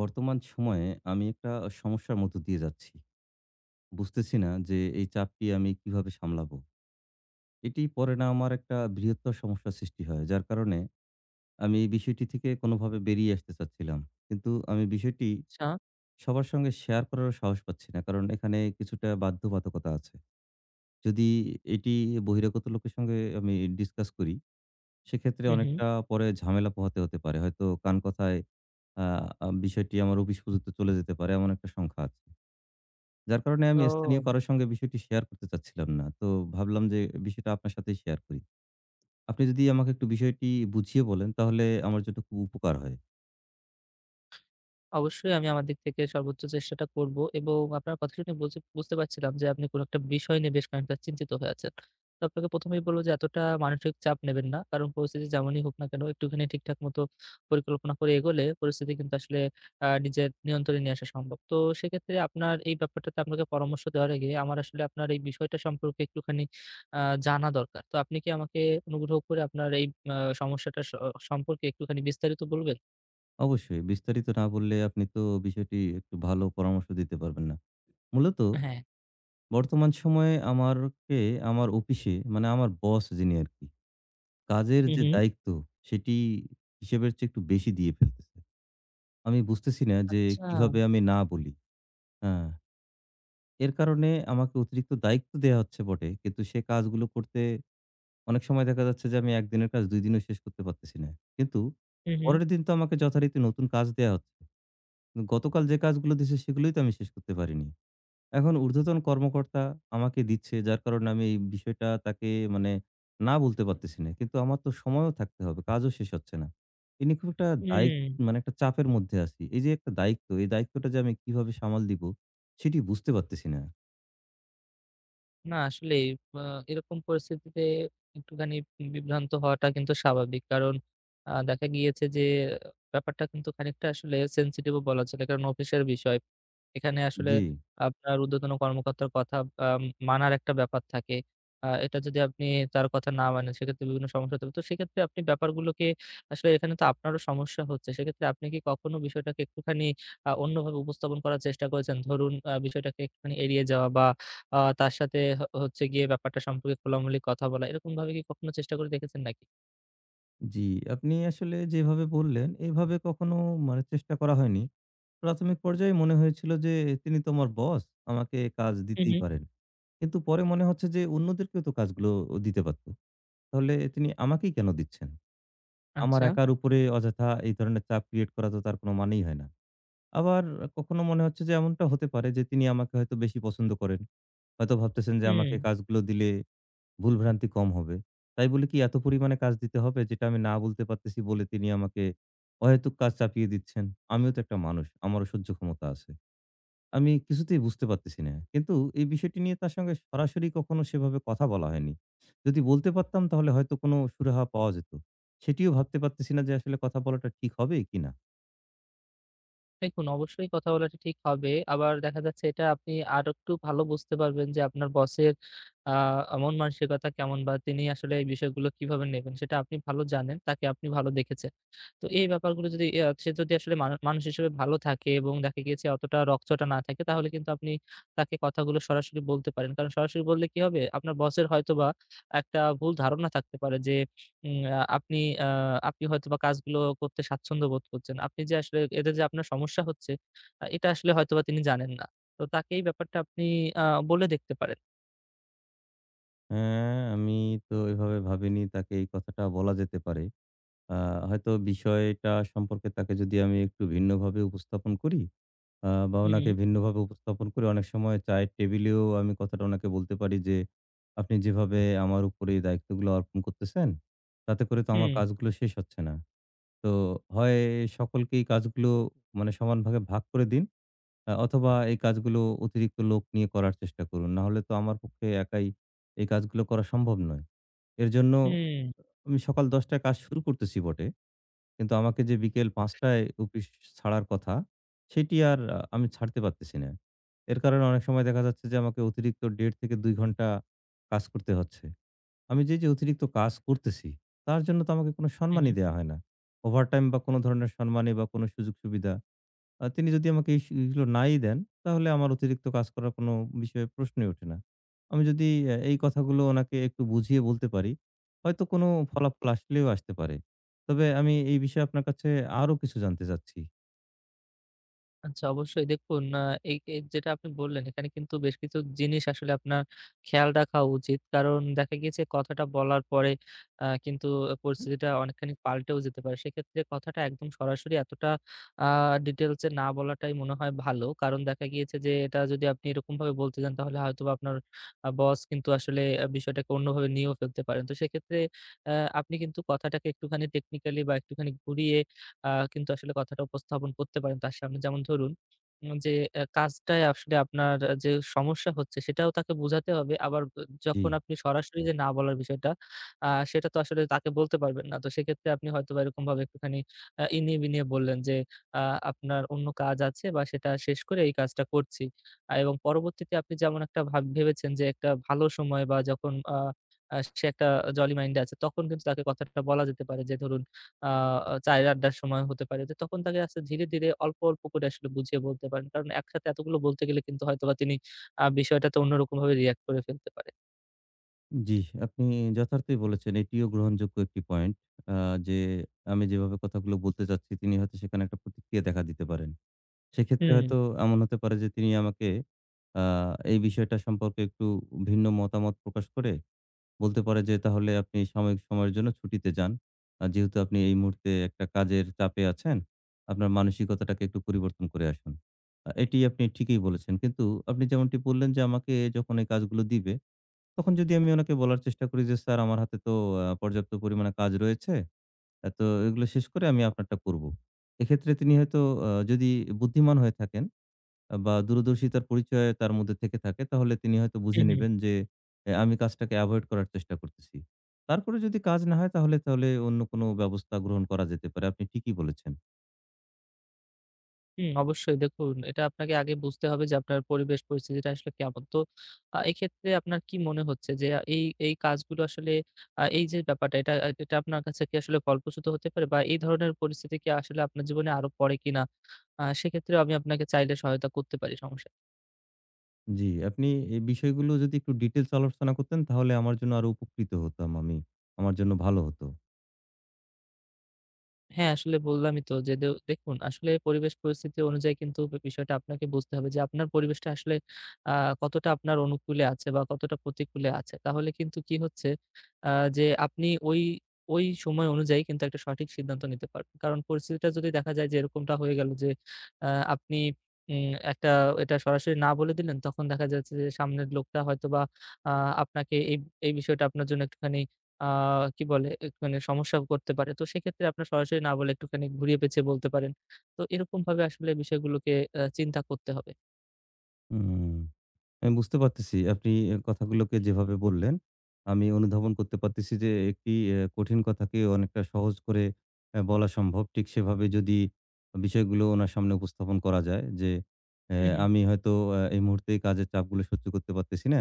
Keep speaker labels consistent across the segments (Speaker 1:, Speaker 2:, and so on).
Speaker 1: বর্তমান সময়ে আমি একটা সমস্যার মধ্য দিয়ে যাচ্ছি। বুঝতেছি না যে এই চাপটি আমি কিভাবে সামলাবো? এটি পরে না আমার একটা বৃহত্তর সমস্যার সৃষ্টি হয়। যার কারণে আমি এই বিষয়টি থেকে কোনোভাবে বেরিয়ে আসতে চাচ্ছিলাম। কিন্তু আমি বিষয়টি
Speaker 2: আচ্ছা,
Speaker 1: সবার সঙ্গে শেয়ার করারও সাহস পাচ্ছি না। কারণ এখানে কিছুটা বাধ্যবাধকতা আছে। যদি এটি বহিরাগত লোকের সঙ্গে আমি ডিসকাস করি, সেক্ষেত্রে
Speaker 2: হু, হু।
Speaker 1: অনেকটা পরে ঝামেলা পোহাতে হতে পারে। হয়তো কানকথায় আ আ বিষয়টি আমার অফিস পর্যন্ত চলে যেতে পারে এমন একটা সংখ্যা আছে। যার কারণে আমি স্থানীয়
Speaker 2: ও
Speaker 1: কারো সঙ্গে বিষয়টি শেয়ার করতে চাচ্ছিলাম না। তো ভাবলাম যে বিষয়টা আপনার সাথেই শেয়ার করি। আপনি যদি আমাকে একটু বিষয়টি বুঝিয়ে বলেন তাহলে আমার জন্য খুব উপকার হয়।
Speaker 2: অবশ্যই আমি আমার দিক থেকে সর্বোচ্চ চেষ্টাটা করব এবং আপনার কথা শুনে বুঝতে পারছিলাম যে আপনি কোনো একটা বিষয় নিয়ে বেশ খানিকটা চিন্তিত হয়ে আছেন। তো আপনাকে ১ম এই বলব যে এতটা মানসিক চাপ নেবেন না। কারণ পরিস্থিতি যেমনই হোক না কেন একটুখানি ঠিকঠাক মতো পরিকল্পনা করে এগোলে পরিস্থিতি কিন্তু আসলে নিজের নিয়ন্ত্রণে নিয়ে আসা সম্ভব। তো সেক্ষেত্রে আপনার এই ব্যাপারটাতে আপনাকে পরামর্শ দেওয়ার আগে আমার আসলে আপনার এই বিষয়টা সম্পর্কে একটুখানি আ জানা দরকার। তো আপনি কি আমাকে অনুগ্রহ করে আপনার এই সমস্যাটা সম্পর্কে একটুখানি বিস্তারিত বলবেন?
Speaker 1: অবশ্যই বিস্তারিত না বললে আপনি তো বিষয়টি একটু ভালো পরামর্শ দিতে পারবেন না। মূলত
Speaker 2: হ্যাঁ।
Speaker 1: বর্তমান সময়ে আমার অফিসে মানে আমার বস যিনি আরকি, কাজের
Speaker 2: হু,
Speaker 1: যে
Speaker 2: হু।
Speaker 1: দায়িত্ব সেটি হিসেবের চেয়ে একটু বেশি দিয়ে ফেলতেছে। আমি বুঝতেছি না যে
Speaker 2: আচ্ছা।
Speaker 1: কিভাবে আমি না বলি। হ্যাঁ। এর কারণে আমাকে অতিরিক্ত দায়িত্ব দেয়া হচ্ছে বটে। কিন্তু সে কাজগুলো করতে অনেক সময় দেখা যাচ্ছে যে আমি ১ দিনের কাজ ২ দিনেও শেষ করতে পারতেছি না। কিন্তু
Speaker 2: হু, হু।
Speaker 1: পরের দিন তো আমাকে যথারীতি নতুন কাজ দেয়া হচ্ছে। কিন্তু গতকাল যে কাজগুলো দিছে সেগুলোই তো আমি শেষ করতে পারিনি। এখন ঊর্ধ্বতন কর্মকর্তা আমাকে দিচ্ছে যার কারণে আমি এই বিষয়টা তাকে মানে না বলতে পারতেছি না। কিন্তু আমার তো সময়ও থাকতে হবে, কাজও শেষ হচ্ছে না। এ নিয়ে খুব একটা
Speaker 2: হুম।
Speaker 1: মানে একটা চাপের মধ্যে আছি। এই যে একটা দায়িত্ব, এই দায়িত্বটা যে আমি কিভাবে সামাল দিব সেটি বুঝতে পারতেছি না।
Speaker 2: না আসলেই আ এরকম পরিস্থিতিতে একটুখানি বিভ্রান্ত হওয়াটা কিন্তু স্বাভাবিক। কারণ দেখা গিয়েছে যে ব্যাপারটা কিন্তু খানিকটা আসলে sensitive ও বলা চলে। কারণ অফিসের বিষয়। এখানে আসলে
Speaker 1: জি।
Speaker 2: আপনার ঊর্ধ্বতন কর্মকর্তার কথা আ মানার একটা ব্যাপার থাকে। এটা যদি আপনি তার কথা না মানেন সেক্ষেত্রে বিভিন্ন সমস্যা হতে পারে। তো সেক্ষেত্রে আপনি ব্যাপারগুলোকে আসলে এখানে তো আপনারও সমস্যা হচ্ছে। সেক্ষেত্রে আপনি কি কখনো বিষয়টাকে একটুখানি অন্যভাবে উপস্থাপন করার চেষ্টা করেছেন? ধরুন বিষয়টাকে একটুখানি এড়িয়ে যাওয়া বা তার সাথে হচ্ছে গিয়ে ব্যাপারটা সম্পর্কে খোলামেলা কথা বলা। এরকমভাবে কি কখনো চেষ্টা করে দেখেছেন নাকি?
Speaker 1: জি, আপনি আসলে যেভাবে বললেন, এভাবে কখনো মানে চেষ্টা করা হয়নি। প্রাথমিক পর্যায়ে মনে হয়েছিল যে, তিনি তো আমার বস, আমাকে কাজ
Speaker 2: হু,
Speaker 1: দিতেই
Speaker 2: হু।
Speaker 1: পারেন। কিন্তু পরে মনে হচ্ছে যে, অন্যদেরকেও তো কাজগুলো দিতে পারত। তাহলে তিনি আমাকেই কেন দিচ্ছেন? আমার
Speaker 2: আচ্ছা।
Speaker 1: একার উপরে অযথা এই ধরনের চাপ ক্রিয়েট করা তো তার কোনো মানেই হয় না। আবার কখনো মনে হচ্ছে যে, এমনটা হতে পারে যে, তিনি আমাকে হয়তো বেশি পছন্দ করেন। হয়তো ভাবতেছেন যে,
Speaker 2: হুম।
Speaker 1: আমাকে কাজগুলো দিলে ভুলভ্রান্তি কম হবে। তাই বলে কি এত পরিমাণে কাজ দিতে হবে যেটা আমি না বলতে পারতেছি বলে তিনি আমাকে অহেতুক কাজ চাপিয়ে দিচ্ছেন? আমিও তো একটা মানুষ। আমারও সহ্য ক্ষমতা আছে। আমি কিছুতেই বুঝতে পারতেছি না। কিন্তু এই বিষয়টি নিয়ে তার সঙ্গে সরাসরি কখনো সেভাবে কথা বলা হয়নি। যদি বলতে পারতাম তাহলে হয়তো কোনো সুরাহা পাওয়া যেত। সেটিও ভাবতে পারতেছি না যে আসলে কথা বলাটা ঠিক হবে কিনা?
Speaker 2: দেখুন, অবশ্যই কথা বলাটা ঠিক হবে। আবার দেখা যাচ্ছে এটা আপনি আরেকটু ভালো বুঝতে পারবেন যে আপনার বসের আ মন মানসিকতা কেমন বা তিনি আসলে এই বিষয়গুলো কিভাবে নেবেন সেটা আপনি ভালো জানেন, তাকে আপনি ভালো দেখেছেন। তো এই ব্যাপারগুলো যদি ইয়া সে যদি আসলে মানুষ হিসেবে ভালো থাকে এবং দেখা গিয়েছে অতটা রগচটা না থাকে তাহলে কিন্তু আপনি তাকে কথাগুলো সরাসরি বলতে পারেন। কারণ সরাসরি বললে কি হবে? আপনার বসের হয়তোবা একটা ভুল ধারণা থাকতে পারে যে উম আ আপনি আ আ আপনি হয়তোবা কাজগুলো করতে স্বাচ্ছন্দ্য বোধ করছেন। আপনি যে আসলে এতে যে আপনার সমস্যা হচ্ছে, এটা আসলে হয়তোবা তিনি জানেন না। তো তাকে এই ব্যাপারটা আপনি আ বলে দেখতে পারেন।
Speaker 1: হ্যাঁ, আমি তো এভাবে ভাবিনি তাকে এই কথাটা বলা যেতে পারে। আ হয়তো বিষয়টা সম্পর্কে তাকে যদি আমি একটু ভিন্নভাবে উপস্থাপন করি বা
Speaker 2: হু, হু।
Speaker 1: ওনাকে ভিন্নভাবে উপস্থাপন করে অনেক সময় চায়ের টেবিলেও আমি কথাটা ওনাকে বলতে পারি যে, "আপনি যেভাবে আমার উপরে এই দায়িত্বগুলো অর্পণ করতেছেন, তাতে করে তো আমার
Speaker 2: হুম,
Speaker 1: কাজগুলো শেষ হচ্ছে না। তো হয় সকলকেই কাজগুলো মানে সমান ভাগে ভাগ করে দিন অথবা এই কাজগুলো অতিরিক্ত লোক নিয়ে করার চেষ্টা করুন। নাহলে তো আমার পক্ষে একাই এই কাজগুলো করা সম্ভব নয়। এর জন্য
Speaker 2: হুম,
Speaker 1: আমি সকাল ১০ টায় কাজ শুরু করতেছি বটে। কিন্তু আমাকে যে বিকেল ৫টায় অফিস ছাড়ার কথা, সেটি আর আমি ছাড়তে পারতেছি না। এর কারণে অনেক সময় দেখা যাচ্ছে যে আমাকে অতিরিক্ত ১.৫ থেকে ২ ঘন্টা কাজ করতে হচ্ছে। আমি যে অতিরিক্ত কাজ করতেছি, তার জন্য তো আমাকে কোনো সম্মানই
Speaker 2: হুম।
Speaker 1: দেয়া হয় না। ওভারটাইম বা কোনো ধরনের সম্মানী বা কোনো সুযোগ-সুবিধা তিনি যদি আমাকে এই স এগুলো নাই দেন, তাহলে আমার অতিরিক্ত কাজ করার কোনো বিষয়ে প্রশ্নই ওঠে না। আমি যদি এই কথাগুলো ওনাকে একটু বুঝিয়ে বলতে পারি, হয়তো কোনো ফলাফল আসলেও আসতে পারে। তবে আমি এই বিষয়ে আপনার কাছে আরো কিছু জানতে চাচ্ছি।
Speaker 2: আচ্ছা অবশ্যই দেখুন, এই এই যেটা আপনি বললেন এখানে কিন্তু বেশ কিছু জিনিস আসলে আপনার খেয়াল রাখা উচিত। কারণ দেখা গিয়েছে কথাটা বলার পরে কিন্তু
Speaker 1: হুম।
Speaker 2: পরিস্থিতিটা অনেকখানি পাল্টেও যেতে পারে। সেক্ষেত্রে কথাটা একদম সরাসরি এতটা আ ডিটেইলস এ না বলাটাই মনে হয় ভালো। কারণ দেখা গিয়েছে যে এটা যদি আপনি এরকমভাবে বলতে যান তাহলে হয়তোবা আপনার বস কিন্তু আসলে বিষয়টাকে অন্যভাবে নিয়েও ফেলতে পারেন। তো সেক্ষেত্রে আ আপনি কিন্তু কথাটাকে একটুখানি টেকনিক্যালি বা একটুখানি ঘুরিয়ে কিন্তু আসলে কথাটা উপস্থাপন করতে পারেন তার সামনে। যেমন ধরুন উম যে অ্যা কাজটায় আসলে আপনার যে সমস্যা হচ্ছে সেটাও তাকে বোঝাতে হবে। আবার
Speaker 1: জি,
Speaker 2: যখন আপনি সরাসরি যে না বলার বিষয়টা সেটা তো আসলে তাকে বলতে পারবেন না। তো সেক্ষেত্রে আপনি হয়তোবা এরকমভাবে একটুখানি ইনিয়ে বিনিয়ে বললেন যে, আ "আপনার অন্য কাজ আছে বা সেটা শেষ করে এই কাজটা করছি।" এবং পরবর্তীতে আপনি যেমন একটা ভাব ভেবেছেন যে একটা ভালো সময় বা যখন আ আ সে একটা জলি মাইন্ডে আছে তখন কিন্তু তাকে কথাটা বলা যেতে পারে যে ধরুন আ ৪ আড্ডার সময় হতে পারে। তো তখন তাকে আসলে ধীরে, ধীরে অল্প, অল্প করে আসলে বুঝিয়ে বলতে পারেন। কারণ একসাথে এতগুলো বলতে গেলে কিন্তু হয়তোবা তিনি বিষয়টাতে অন্যরকমভাবে রিঅ্যাক্ট করে ফেলতে পারে।
Speaker 1: জি, আপনি যথার্থই বলেছেন। এটিও গ্রহণযোগ্য একটি পয়েন্ট। আ যে আমি যেভাবে কথাগুলো বলতে চাচ্ছি, তিনি হয়তো সেখানে একটা প্রতিক্রিয়া দেখা দিতে পারেন। সেক্ষেত্রে
Speaker 2: হুম,
Speaker 1: হয়তো এমন হতে পারে যে তিনি আমাকে আ এই বিষয়টা সম্পর্কে একটু ভিন্ন মতামত প্রকাশ করে বলতে পারে যে তাহলে আপনি সাময়িক সময়ের জন্য ছুটিতে যান। যেহেতু আপনি এই মুহূর্তে একটা কাজের চাপে আছেন, আপনার মানসিকতাটাকে একটু পরিবর্তন করে আসুন। এটি আপনি ঠিকই বলেছেন। কিন্তু আপনি যেমনটি বললেন যে আমাকে যখন এই কাজগুলো দিবে, তখন যদি আমি ওনাকে বলার চেষ্টা করি যে, "স্যার আমার হাতে তো পর্যাপ্ত পরিমাণে কাজ রয়েছে। তো এগুলো শেষ করে আমি আপনারটা করব।" এক্ষেত্রে তিনি হয়তো যদি বুদ্ধিমান হয়ে থাকেন বা দূরদর্শিতার পরিচয় তার মধ্যে থেকে থাকে, তাহলে তিনি হয়তো বুঝে
Speaker 2: হুম, হুম,
Speaker 1: নিবেন যে আমি কাজটাকে এভয়েড করার চেষ্টা করতেছি। তারপরে যদি কাজ না হয় তাহলে, তাহলে অন্য কোনো ব্যবস্থা গ্রহণ করা যেতে পারে। আপনি ঠিকই বলেছেন।
Speaker 2: হুম, অবশ্যই দেখুন এটা আপনাকে আগে বুঝতে হবে যে আপনার পরিবেশ পরিস্থিতিটা আসলে কেমন। তো এক্ষেত্রে আপনার কি মনে হচ্ছে যে এই কাজগুলো আসলে এই যে ব্যাপারটা এটা আপনার কাছে কি আসলে ফলপ্রসূ হতে পারে বা এই ধরনের পরিস্থিতি কি আসলে আপনার জীবনে আরো পড়ে কিনা? সেক্ষেত্রেও আমি আপনাকে চাইলে সহায়তা করতে পারি। সমস্যা নেই।
Speaker 1: জি, আপনি এই বিষয়গুলো যদি একটু ডিটেইলস আলোচনা করতেন তাহলে আমার জন্য আরো উপকৃত হতাম আমি। আমার জন্য ভালো হতো।
Speaker 2: হ্যাঁ, আসলে বললামই তো যে দেখুন আসলে পরিবেশ পরিস্থিতি অনুযায়ী কিন্তু বিষয়টা আপনাকে বুঝতে হবে যে আপনার পরিবেশটা আসলে আ কতটা আপনার অনুকূলে আছে বা কতটা প্রতিকূলে আছে। তাহলে কিন্তু কি হচ্ছে আ যে আপনি ওই সময় অনুযায়ী কিন্তু একটা সঠিক সিদ্ধান্ত নিতে পারবেন। কারণ পরিস্থিতিটা যদি দেখা যায় যে এরকমটা হয়ে গেল যে আ আপনি একটা এটা সরাসরি না বলে দিলেন তখন দেখা যাচ্ছে যে সামনের লোকটা হয়তোবা আ আপনাকে এই বিষয়টা আপনার জন্য একটুখানি আ কি বলে? এক মানে সমস্যা করতে পারে। তো সেক্ষেত্রে আপনার সরাসরি না বলে একটুখানি ঘুরিয়ে পেঁচিয়ে বলতে পারেন। তো এরকমভাবে আসলে বিষয়গুলোকে চিন্তা করতে হবে।
Speaker 1: হুম। আমি বুঝতে পারতেছি আপনি এ কথাগুলোকে যেভাবে বললেন, আমি অনুধাবন করতে পারতেছি যে একটি কঠিন কথাকে অনেকটা সহজ করে বলা সম্ভব। ঠিক সেভাবে যদি বিষয়গুলো ওনার সামনে উপস্থাপন করা যায় যে,
Speaker 2: হু, হু।
Speaker 1: আমি হয়তো এই মুহূর্তে এই কাজের চাপগুলো সহ্য করতে পারতেছি না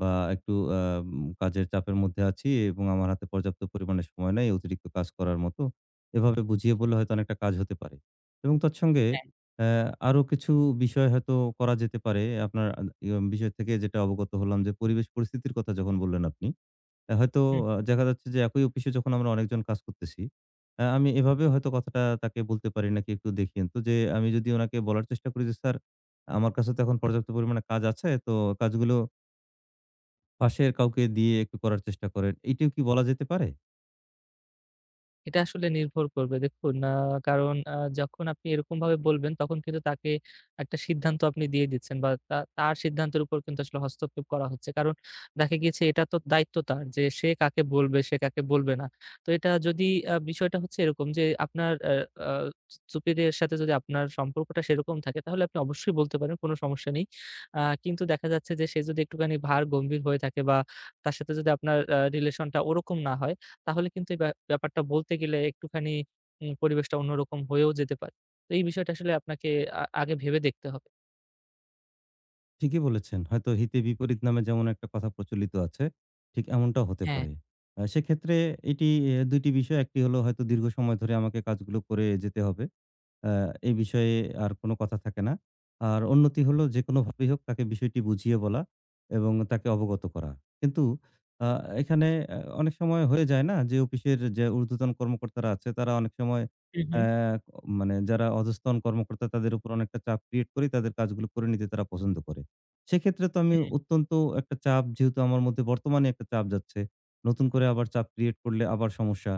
Speaker 1: বা একটু আ উম কাজের চাপের মধ্যে আছি এবং আমার হাতে পর্যাপ্ত পরিমাণে সময় নাই অতিরিক্ত কাজ করার মতো। এভাবে বুঝিয়ে বললে হয়তো অনেকটা কাজ হতে পারে এবং তৎসঙ্গে
Speaker 2: হ্যাঁ।
Speaker 1: অ্যা আরো কিছু বিষয় হয়তো করা যেতে পারে। আপনার আ ইয়ম বিষয় থেকে যেটা অবগত হলাম যে, পরিবেশ পরিস্থিতির কথা যখন বললেন আপনি, হয়তো দেখা যাচ্ছে যে একই অফিসে যখন আমরা অনেকজন কাজ করতেছি, আমি এভাবে হয়তো কথাটা তাকে বলতে পারি নাকি একটু দেখিয়েন তো যে, আমি যদি ওনাকে বলার চেষ্টা করি যে, "স্যার, আমার কাছে তো এখন পর্যাপ্ত পরিমাণে কাজ আছে, তো কাজগুলো পাশের কাউকে দিয়ে একটু করার চেষ্টা করেন।" এইটিও কি বলা যেতে পারে?
Speaker 2: এটা আসলে নির্ভর করবে। দেখুন, কারণ যখন আপনি এরকমভাবে বলবেন, তখন কিন্তু তাকে একটা সিদ্ধান্ত আপনি দিয়ে দিচ্ছেন বা তা তার সিদ্ধান্তের উপর কিন্তু আসলে হস্তক্ষেপ করা হচ্ছে। কারণ দেখা গিয়েছে এটা তো দায়িত্ব তার যে সে কাকে বলবে, সে কাকে বলবে না। তো এটা যদি বিষয়টা হচ্ছে এরকম যে আপনার আ আ সুপিরিয়র এর সাথে যদি আপনার সম্পর্কটা সেরকম থাকে, তাহলে আপনি অবশ্যই বলতে পারেন, কোনো সমস্যা নেই। কিন্তু দেখা যাচ্ছে যে সে যদি একটুখানি ভার গম্ভীর হয়ে থাকে বা তার সাথে যদি আপনার রিলেশনটা ওরকম না হয়, তাহলে কিন্তু এই ব্যাপারটা বলতে গেলে একটুখানি পরিবেশটা অন্যরকম হয়েও যেতে পারে। তো এই বিষয়টা আসলে আপনাকে আগে ভেবে দেখতে হবে।
Speaker 1: ঠিকই বলেছেন। হয়তো হিতে বিপরীত নামে যেমন একটা কথা প্রচলিত আছে, ঠিক এমনটাও হতে
Speaker 2: হ্যাঁ।
Speaker 1: পারে। সেক্ষেত্রে এটি ২ টি বিষয়। একটি হলো হয়তো দীর্ঘ সময় ধরে আমাকে কাজগুলো করে যেতে হবে। আ এ বিষয়ে আর কোনো কথা থাকে না। আর উন্নতি হলো যেকোনোভাবেই হোক তাকে বিষয়টি বুঝিয়ে বলা এবং তাকে অবগত করা। কিন্তু আ এখানে অনেক সময় হয়ে যায় না যে অফিসের যে ঊর্ধ্বতন কর্মকর্তারা আছে তারা অনেক সময়
Speaker 2: হু, হু।
Speaker 1: অ্যা মানে যারা অধস্তন কর্মকর্তা তাদের উপর অনেকটা চাপ ক্রিয়েট করে তাদের কাজগুলো করে নিতে তারা পছন্দ করে। সেক্ষেত্রে তো আমি অত্যন্ত একটা চাপ যেহেতু আমার মধ্যে বর্তমানে একটা চাপ যাচ্ছে। নতুন করে আবার চাপ ক্রিয়েট করলে আবার সমস্যা।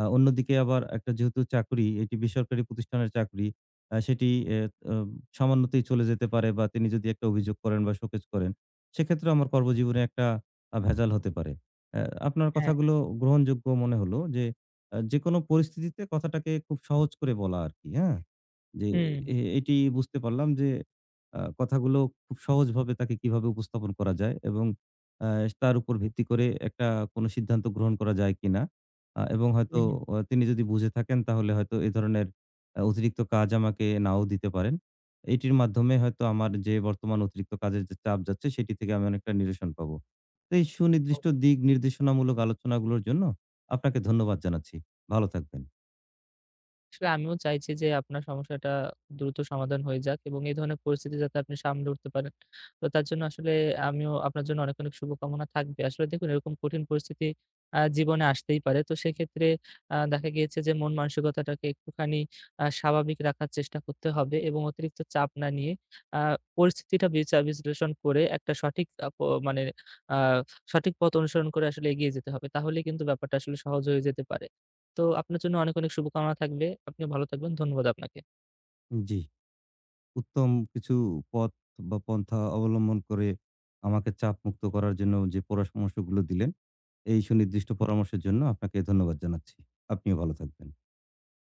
Speaker 1: অন্যদিকে আবার একটা যেহেতু চাকরি, এটি বেসরকারি প্রতিষ্ঠানের চাকরি, সেটি এ আ সামান্যতেই চলে যেতে পারে বা তিনি যদি একটা অভিযোগ করেন বা শোকেজ করেন, সেক্ষেত্রে আমার কর্মজীবনে একটা ভেজাল হতে পারে। আপনার
Speaker 2: হ্যাঁ।
Speaker 1: কথাগুলো গ্রহণযোগ্য মনে হলো যে, যেকোনো পরিস্থিতিতে কথাটাকে খুব সহজ করে বলা আরকি, হ্যাঁ? যে
Speaker 2: হুম।
Speaker 1: এটি বুঝতে পারলাম যে কথাগুলো খুব সহজভাবে তাকে কিভাবে উপস্থাপন করা যায় এবং আ তার উপর ভিত্তি করে একটা কোনো সিদ্ধান্ত গ্রহণ করা যায় কিনা। এবং
Speaker 2: হু,
Speaker 1: হয়তো
Speaker 2: হু।
Speaker 1: তিনি যদি বুঝে থাকেন তাহলে হয়তো এ ধরনের অতিরিক্ত কাজ আমাকে নাও দিতে পারেন। এটির মাধ্যমে হয়তো আমার যে বর্তমান অতিরিক্ত কাজের যে চাপ যাচ্ছে সেটি থেকে আমি অনেকটা নিরসন পাবো। তো এই সুনির্দিষ্ট দিক নির্দেশনামূলক আলোচনাগুলোর জন্য আপনাকে ধন্যবাদ জানাচ্ছি। ভালো থাকবেন।
Speaker 2: আসলে আমিও চাইছি যে আপনার সমস্যাটা দ্রুত সমাধান হয়ে যাক এবং এই ধরনের পরিস্থিতি যাতে আপনি সামলে উঠতে পারেন। তো তার জন্য আসলে আমিও আপনার জন্য অনেক, অনেক শুভকামনা থাকবে। আসলে দেখুন এরকম কঠিন পরিস্থিতি জীবনে আসতেই পারে। তো সেক্ষেত্রে দেখা গিয়েছে যে মন মানসিকতাটাকে একটুখানি স্বাভাবিক রাখার চেষ্টা করতে হবে এবং অতিরিক্ত চাপ না নিয়ে আ পরিস্থিতিটা বিচার বিশ্লেষণ করে একটা সঠিক আ প মানে আ সঠিক পথ অনুসরণ করে আসলে এগিয়ে যেতে হবে। তাহলেই কিন্তু ব্যাপারটা আসলে সহজ হয়ে যেতে পারে। তো আপনার জন্য অনেক, অনেক শুভকামনা থাকবে। আপনিও ভালো থাকবেন। ধন্যবাদ আপনাকে।
Speaker 1: জি। উত্তম কিছু পথ বা পন্থা অবলম্বন করে আমাকে চাপমুক্ত করার জন্য যে পরামর্শগুলো দিলেন, এই সুনির্দিষ্ট পরামর্শের জন্য আপনাকে ধন্যবাদ জানাচ্ছি। আপনিও ভালো থাকবেন।